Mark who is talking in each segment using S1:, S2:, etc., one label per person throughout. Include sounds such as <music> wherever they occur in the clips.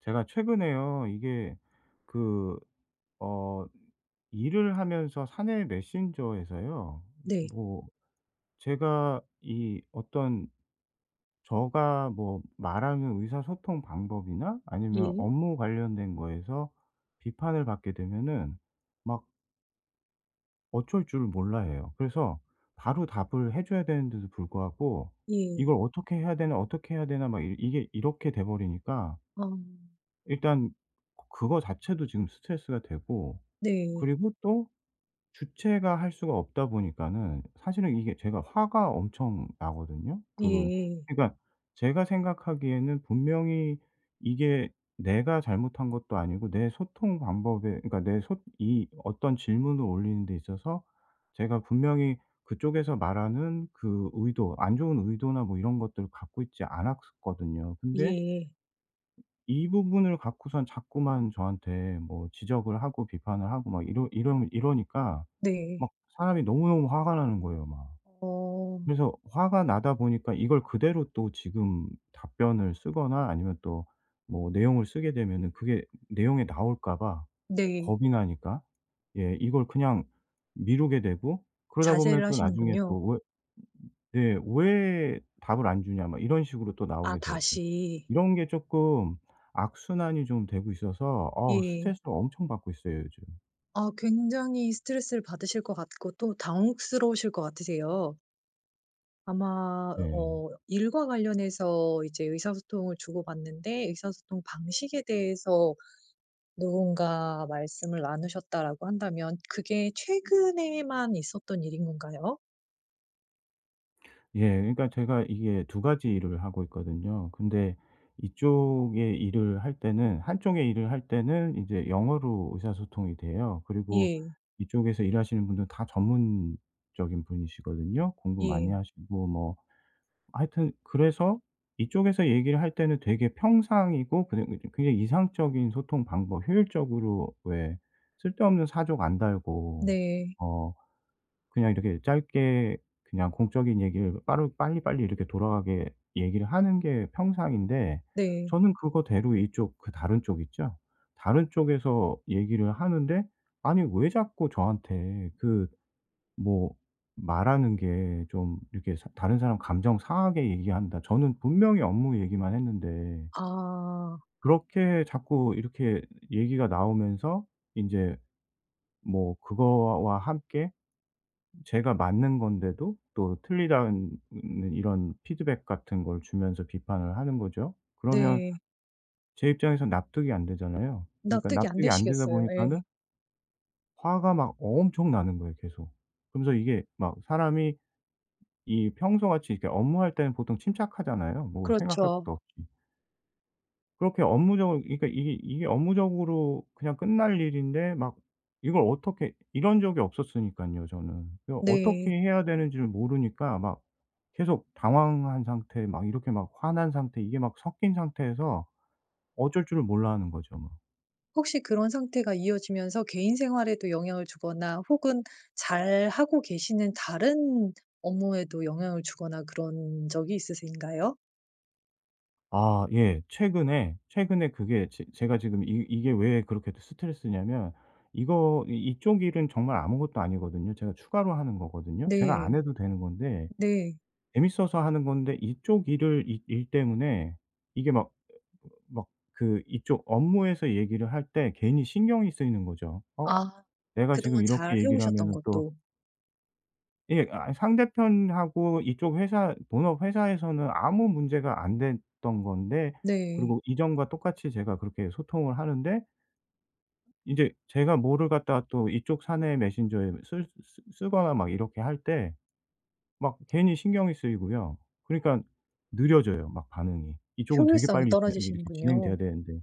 S1: 제가 최근에요. 이게 그 어 일을 하면서 사내 메신저에서요,
S2: 네.
S1: 뭐 제가 이 어떤 저가 뭐 말하는 의사소통 방법이나 아니면
S2: 예.
S1: 업무 관련된 거에서 비판을 받게 되면은 막 어쩔 줄 몰라 해요. 그래서 바로 답을 해 줘야 되는데도 불구하고
S2: 예.
S1: '이걸 어떻게 해야 되나, 어떻게 해야 되나.' 막 이 이게 이렇게 돼 버리니까,
S2: 아.
S1: 일단 그거 자체도 지금 스트레스가 되고,
S2: 네.
S1: 그리고 또 주체가 할 수가 없다 보니까는 사실은 이게 제가 화가 엄청 나거든요. 그
S2: 예.
S1: 그러니까 제가 생각하기에는 분명히 이게 내가 잘못한 것도 아니고 내 소통 방법에, 그러니까 내 소 이 어떤 질문을 올리는 데 있어서 제가 분명히 그쪽에서 말하는 그 의도, 안 좋은 의도나 뭐 이런 것들을 갖고 있지 않았거든요. 근데
S2: 예.
S1: 이 부분을 갖고선 자꾸만 저한테 뭐 지적을 하고 비판을 하고 막 이러니까
S2: 네.
S1: 막 사람이 너무너무 화가 나는 거예요, 막.
S2: 어.
S1: 그래서 화가 나다 보니까 이걸 그대로 또 지금 답변을 쓰거나 아니면 또 뭐 내용을 쓰게 되면은 그게 내용에 나올까 봐
S2: 네.
S1: 겁이 나니까, 예, 이걸 그냥 미루게 되고, 그러다 보면
S2: 자제를
S1: 또 나중에
S2: 하시는군요.
S1: 또왜 예. "왜 답을 안 주냐." 막 이런 식으로 또
S2: 아,
S1: 나오게 되고.
S2: 다시.
S1: 이런 게 조금 악순환이 좀 되고 있어서
S2: 예.
S1: 스트레스를 엄청 받고 있어요, 요즘.
S2: 아, 굉장히 스트레스를 받으실 것 같고 또 당혹스러우실 것 같으세요. 아마
S1: 네.
S2: 일과 관련해서 이제 의사소통을 주고받는데 의사소통 방식에 대해서 누군가 말씀을 나누셨다라고 한다면 그게 최근에만 있었던 일인 건가요?
S1: 예. 그러니까 제가 이게 두 가지 일을 하고 있거든요. 근데 이쪽의 일을 할 때는 한쪽의 일을 할 때는 이제 영어로 의사소통이 돼요. 그리고
S2: 예.
S1: 이쪽에서 일하시는 분들은 다 전문적인 분이시거든요. 공부
S2: 예.
S1: 많이 하시고, 뭐 하여튼, 그래서 이쪽에서 얘기를 할 때는 되게 평상이고, 그냥 굉장히 이상적인 소통 방법, 효율적으로, 왜 쓸데없는 사족 안 달고,
S2: 네.
S1: 어 그냥 이렇게 짧게 그냥 공적인 얘기를 빠르 빨리빨리 이렇게 돌아가게 얘기를 하는 게 평상인데,
S2: 네.
S1: 저는 그거대로 이쪽, 다른 쪽 있죠? 다른 쪽에서 얘기를 하는데, 아니 왜 자꾸 저한테 그 뭐 말하는 게 좀 이렇게 사 다른 사람 감정 상하게 얘기한다. 저는 분명히 업무 얘기만 했는데
S2: 아.
S1: 그렇게 자꾸 이렇게 얘기가 나오면서, 이제 뭐 그거와 함께 제가 맞는 건데도 또 틀리다는 이런 피드백 같은 걸 주면서 비판을 하는 거죠. 그러면
S2: 네.
S1: 제 입장에서 납득이 안 되잖아요. 그러니까
S2: 납득이 안
S1: 납득이 안 되다
S2: 되시겠어요. 예.
S1: 보니까는 화가 막 엄청 나는 거예요, 계속. 그러면서 이게 막 사람이 이 평소같이 이렇게 업무할 때는 보통 침착하잖아요, 뭐 생각할
S2: 그렇죠.
S1: 것도 없이. 그렇게 업무적으로, 그러니까 이게 업무적으로 그냥 끝날 일인데, 막 이걸 어떻게, 이런 적이 없었으니깐요 저는. 그 어떻게
S2: 네.
S1: 해야 되는지를 모르니까, 막 계속 당황한 상태, 막 이렇게 막 화난 상태, 이게 막 섞인 상태에서 어쩔 줄을 몰라 하는 거죠, 막.
S2: 혹시 그런 상태가 이어지면서 개인 생활에도 영향을 주거나 혹은 잘하고 계시는 다른 업무에도 영향을 주거나 그런 적이 있으신가요?
S1: 아, 예. 최근에, 최근에 그게 제 제가 지금 이 이게 왜 그렇게 스트레스냐면, 이거 이 이쪽 일은 정말 아무것도 아니거든요. 제가 추가로 하는 거거든요. 제가
S2: 네.
S1: 안 해도 되는 건데
S2: 네.
S1: 재밌어서 하는 건데, 이쪽 일을 이 일 때문에 이게 막, 막 그 이쪽 업무에서 얘기를 할 때 괜히 신경이 쓰이는 거죠.
S2: 아,
S1: 내가 지금
S2: 그동안 잘
S1: 이렇게
S2: 해
S1: 얘기를
S2: 오셨던
S1: 하면은 또.'
S2: 것도.
S1: 예. 아, 상대편하고 이쪽 회사 본업 회사에서는 아무 문제가 안 됐던 건데,
S2: 네.
S1: 그리고 이전과 똑같이 제가 그렇게 소통을 하는데, 인제 제가 뭐를 갖다가 또 이쪽 사내 메신저에 쓸 쓰 쓰거나 막 이렇게 할 때 막 괜히 신경이 쓰이고요. 그러니깐 느려져요, 막 반응이. 이쪽은 되게
S2: 효율성이
S1: 빨리 진행, 이게 이렇게
S2: 떨어지시는군요.
S1: 진행돼야 되는데.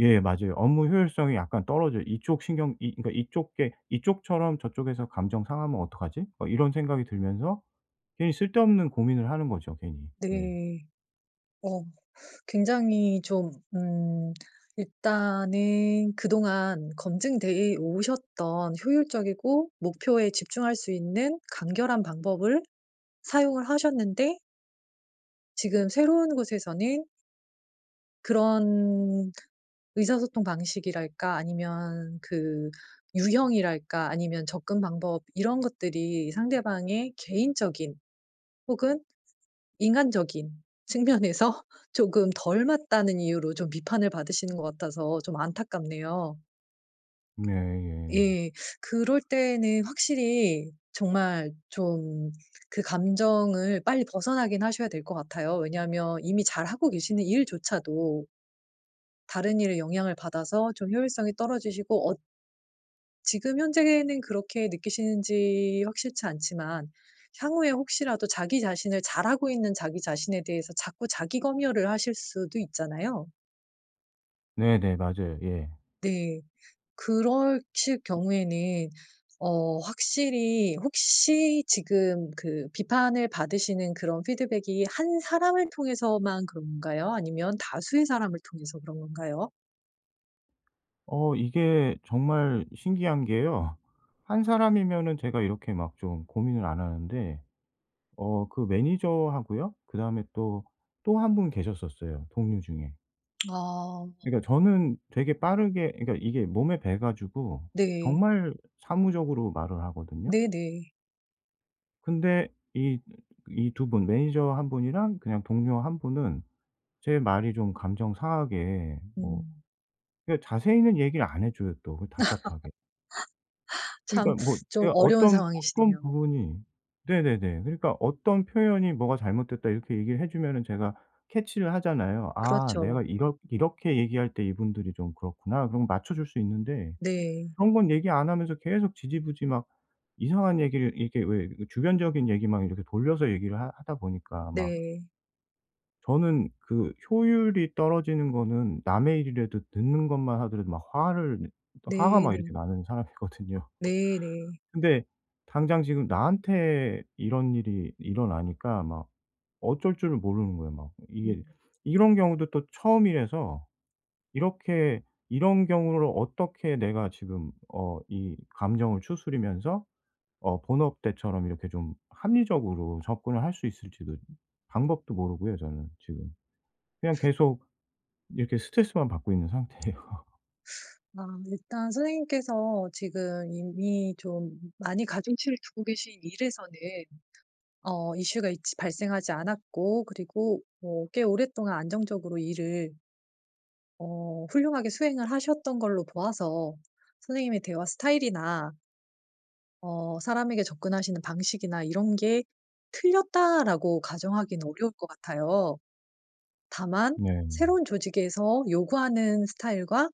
S1: 예, 맞아요. 업무 효율성이 약간 떨어져요. 이쪽 신경 이, 그러니까 이쪽 게 '이쪽처럼 저쪽에서 감정 상하면 어떡하지?' 막 이런 생각이 들면서 괜히 쓸데없는 고민을 하는 거죠, 괜히. 예.
S2: 네. 어. 굉장히 좀, 일단은 그동안 검증되어 오셨던 효율적이고 목표에 집중할 수 있는 간결한 방법을 사용을 하셨는데 지금 새로운 곳에서는 그런 의사소통 방식이랄까 아니면 그 유형이랄까 아니면 접근 방법 이런 것들이 상대방의 개인적인 혹은 인간적인 측면에서 <laughs> 조금 덜 맞다는 이유로 좀 비판을 받으시는 것 같아서 좀 안타깝네요.
S1: 네, 예.
S2: 예. 그럴 때는 확실히 정말 좀 그 감정을 빨리 벗어나긴 하셔야 될 것 같아요. 왜냐하면 이미 잘하고 계시는 일조차도 다른 일에 영향을 받아서 좀 효율성이 떨어지시고, 지금 현재는 그렇게 느끼시는지 확실치 않지만 향후에 혹시라도 자기 자신을, 잘하고 있는 자기 자신에 대해서 자꾸 자기 검열을 하실 수도 있잖아요.
S1: 네네, 맞아요. 예.
S2: 네. 그러실 경우에는 확실히, 혹시 지금 그 비판을 받으시는 그런 피드백이 한 사람을 통해서만 그런가요? 아니면 다수의 사람을 통해서 그런 건가요?
S1: 이게 정말 신기한 게요, 한 사람이면은 제가 이렇게 막 좀 고민을 안 하는데, 그 매니저하고요, 그다음에 또, 또 한 분 계셨었어요 동료 중에.
S2: 아,
S1: 그러니까 저는 되게 빠르게, 그러니까 이게 몸에 배 가지고
S2: 네.
S1: 정말 사무적으로 말을 하거든요.
S2: 네네.
S1: 근데 이 이 두 분, 매니저 한 분이랑 그냥 동료 한 분은 제 말이 좀 감정 상하게, 뭐
S2: 음.
S1: 그러니까 자세히는 얘기를 안 해 줘요, 또 그, 답답하게.
S2: 참,
S1: 그러니까 뭐
S2: 좀
S1: 제가
S2: 어려운
S1: 어떤
S2: 상황이시네요.
S1: 부분이. 네네네. 그러니까 어떤 표현이 "뭐가 잘못됐다." 이렇게 얘기를 해 주면은 제가 캐치를 하잖아요. '아,
S2: 그렇죠.
S1: 내가 이렇게 얘기할 때 이분들이 좀 그렇구나.' 그럼 맞춰 줄 수 있는데,
S2: 네.
S1: 그런 건 얘기 안 하면서 계속 지지부지, 막 이상한 얘기를 이렇게, 왜 그 주변적인 얘기만 이렇게 돌려서 얘기를 하 하다 보니까, 막
S2: 네.
S1: 저는 그 효율이 떨어지는 거는 남의 일이라도 듣는 것만 하더라도 막 화를 내 화가 막
S2: 네네.
S1: 이렇게 나는 사람이거든요. <laughs>
S2: 네네.
S1: 근데 당장 지금 나한테 이런 일이 일어나니까 막 어쩔 줄을 모르는 거예요, 막.
S2: 음.
S1: 이게 이런 경우도 또 처음이라서, 이렇게 이런 경우를 어떻게 내가 지금, 이 감정을 추스리면서 본업 때처럼 이렇게 좀 합리적으로 접근을 할 수 있을지도, 방법도 모르고요 저는 지금. 그냥 계속 이렇게 스트레스만 받고 있는 상태예요.
S2: 아, 일단 선생님께서 지금 이미 좀 많이 가중치를 두고 계신 일에서는 이슈가 있지 발생하지 않았고, 그리고 뭐 꽤 오랫동안 안정적으로 일을 훌륭하게 수행을 하셨던 걸로 보아서 선생님의 대화 스타일이나 사람에게 접근하시는 방식이나 이런 게 틀렸다라고 가정하기는 어려울 것 같아요.
S1: <laughs>
S2: 다만
S1: 네.
S2: 새로운 조직에서 요구하는 스타일과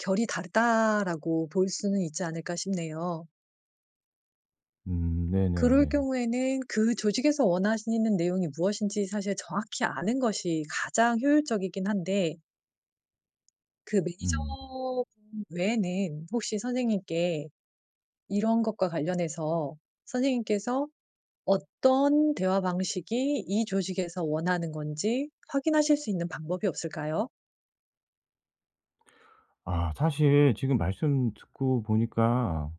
S2: 결이 다르다라고 볼 수는 있지 않을까 싶네요.
S1: 음,
S2: 그럴
S1: 네네네.
S2: 경우에는 그 조직에서 원하시는 내용이 무엇인지 사실 정확히 아는 것이 가장 효율적이긴 한데, 그
S1: 음.
S2: 매니저분 외에는 혹시 선생님께 이런 것과 관련해서 선생님께서 어떤 대화 방식이 이 조직에서 원하는 건지 확인하실 수 있는 방법이 없을까요?
S1: 아, 사실 지금 말씀 듣고 보니까,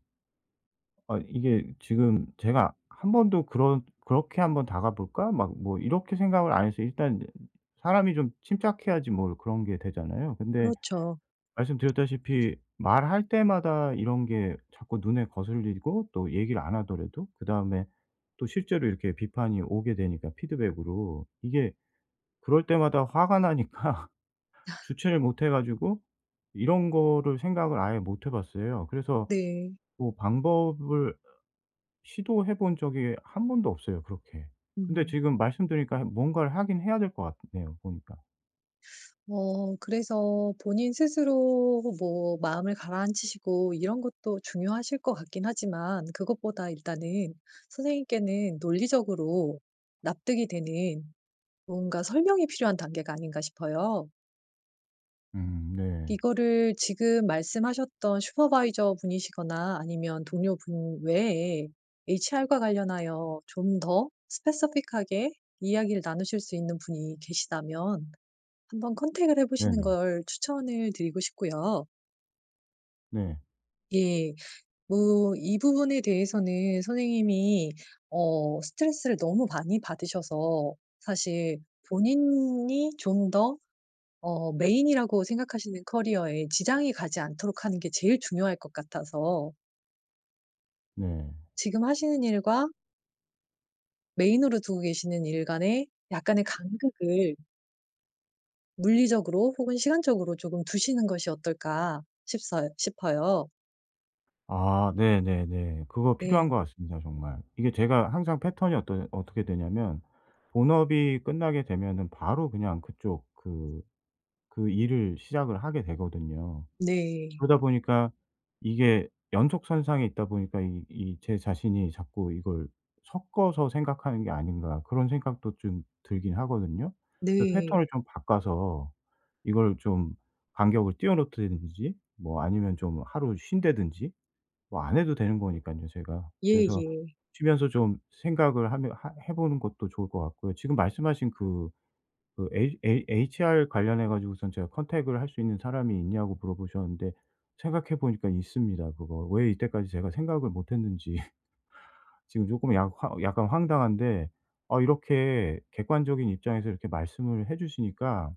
S1: 아, 이게 지금 제가 한 번도 그런 '그렇게 한번 다가 볼까?' 막 뭐 이렇게 생각을 안 했어요. 일단 사람이 좀 침착해야지 뭘 그런 게 되잖아요. 근데
S2: 그렇죠.
S1: 말씀드렸다시피 말할 때마다 이런 게 자꾸 눈에 거슬리고, 또 얘기를 안 하더라도 그다음에 또 실제로 이렇게 비판이 오게 되니까, 피드백으로 이게, 그럴 때마다 화가 나니까 <laughs> 주체를 못 해 가지고 이런 거를 생각을 아예 못 해 봤어요. 그래서
S2: 네.
S1: 뭐 방법을 시도해 본 적이 한 번도 없어요, 그렇게. 근데
S2: 음.
S1: 지금 말씀 들으니까 뭔가를 하긴 해야 될 것 같네요, 보니까.
S2: 그래서 본인 스스로 뭐 마음을 가라앉히시고 이런 것도 중요하실 것 같긴 하지만, 그것보다 일단은 선생님께는 논리적으로 납득이 되는 뭔가 설명이 필요한 단계가 아닌가 싶어요.
S1: 음, 네.
S2: 이거를 지금 말씀하셨던 슈퍼바이저 분이시거나 아니면 동료분 외에 HR과 관련하여 좀 더 스페시픽하게 이야기를 나누실 수 있는 분이 계시다면 한번 컨택을 해 보시는
S1: 네네.
S2: 걸 추천을 드리고 싶고요.
S1: 네.
S2: 예. 뭐 이 부분에 대해서는 선생님이 스트레스를 너무 많이 받으셔서 사실 본인이 좀 더 메인이라고 생각하시는 커리어에 지장이 가지 않도록 하는 게 제일 중요할 것 같아서,
S1: 네.
S2: 지금 하시는 일과 메인으로 두고 계시는 일 간에 약간의 간극을 물리적으로 혹은 시간적으로 조금 두시는 것이 어떨까 싶어요.
S1: 아, 네네네. 그거 필요한
S2: 네.
S1: 것 같습니다, 정말. 이게 제가 항상 패턴이 어떠 어떻게 되냐면, 본업이 끝나게 되면은 바로 그냥 그쪽, 그 일을 시작을 하게 되거든요.
S2: 네.
S1: 그러다 보니까, 이게 연속선상에 있다 보니까, 이 이 제 자신이 자꾸 이걸 '섞어서 생각하는 게 아닌가.' 그런 생각도 좀 들긴 하거든요. 그래서
S2: 네.
S1: 패턴을 좀 바꿔서 이걸 좀 간격을 띄워 놓든지, 뭐 아니면 좀 하루 쉰다든지, 뭐 안 해도 되는 거니까요 제가. 그래서
S2: 예예.
S1: 쉬면서 좀 생각을 하며 하 해 보는 것도 좋을 것 같고요. 지금 말씀하신 그 그 HR 관련해 가지고선 제가 컨택을 할 수 있는 사람이 있냐고 물어보셨는데, 생각해 보니까 있습니다, 그거. 왜 이때까지 제가 생각을 못 했는지 <laughs> 지금 조금 약간 황당한데, 아, 이렇게 객관적인 입장에서 이렇게 말씀을 해 주시니까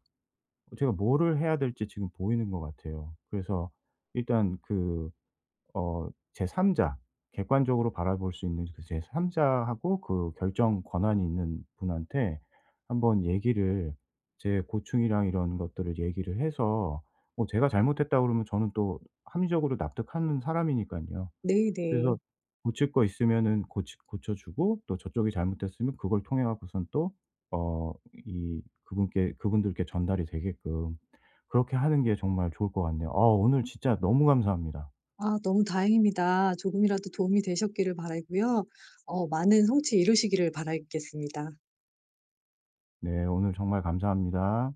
S1: 제가 뭐를 해야 될지 지금 보이는 것 같아요. 그래서 일단 그 어 제3자, 객관적으로 바라볼 수 있는 그 제3자하고 그 결정 권한이 있는 분한테 한번 얘기를, 제 고충이랑 이런 것들을 얘기를 해서, 뭐 제가 잘못했다 그러면 저는 또 합리적으로 납득하는 사람이니까요.
S2: 네네.
S1: 그래서 고칠 거 있으면은 고치 고쳐 주고, 또 저쪽이 잘못됐으면 그걸 통해 갖고선 또 어 이 그분께 그분들께 전달이 되게끔 그렇게 하는 게 정말 좋을 것 같네요. 아, 오늘 진짜 너무 감사합니다.
S2: 아, 너무 다행입니다. 조금이라도 도움이 되셨기를 바라고요. 많은 성취 이루시기를 바라겠습니다.
S1: 네. 오늘 정말 감사합니다.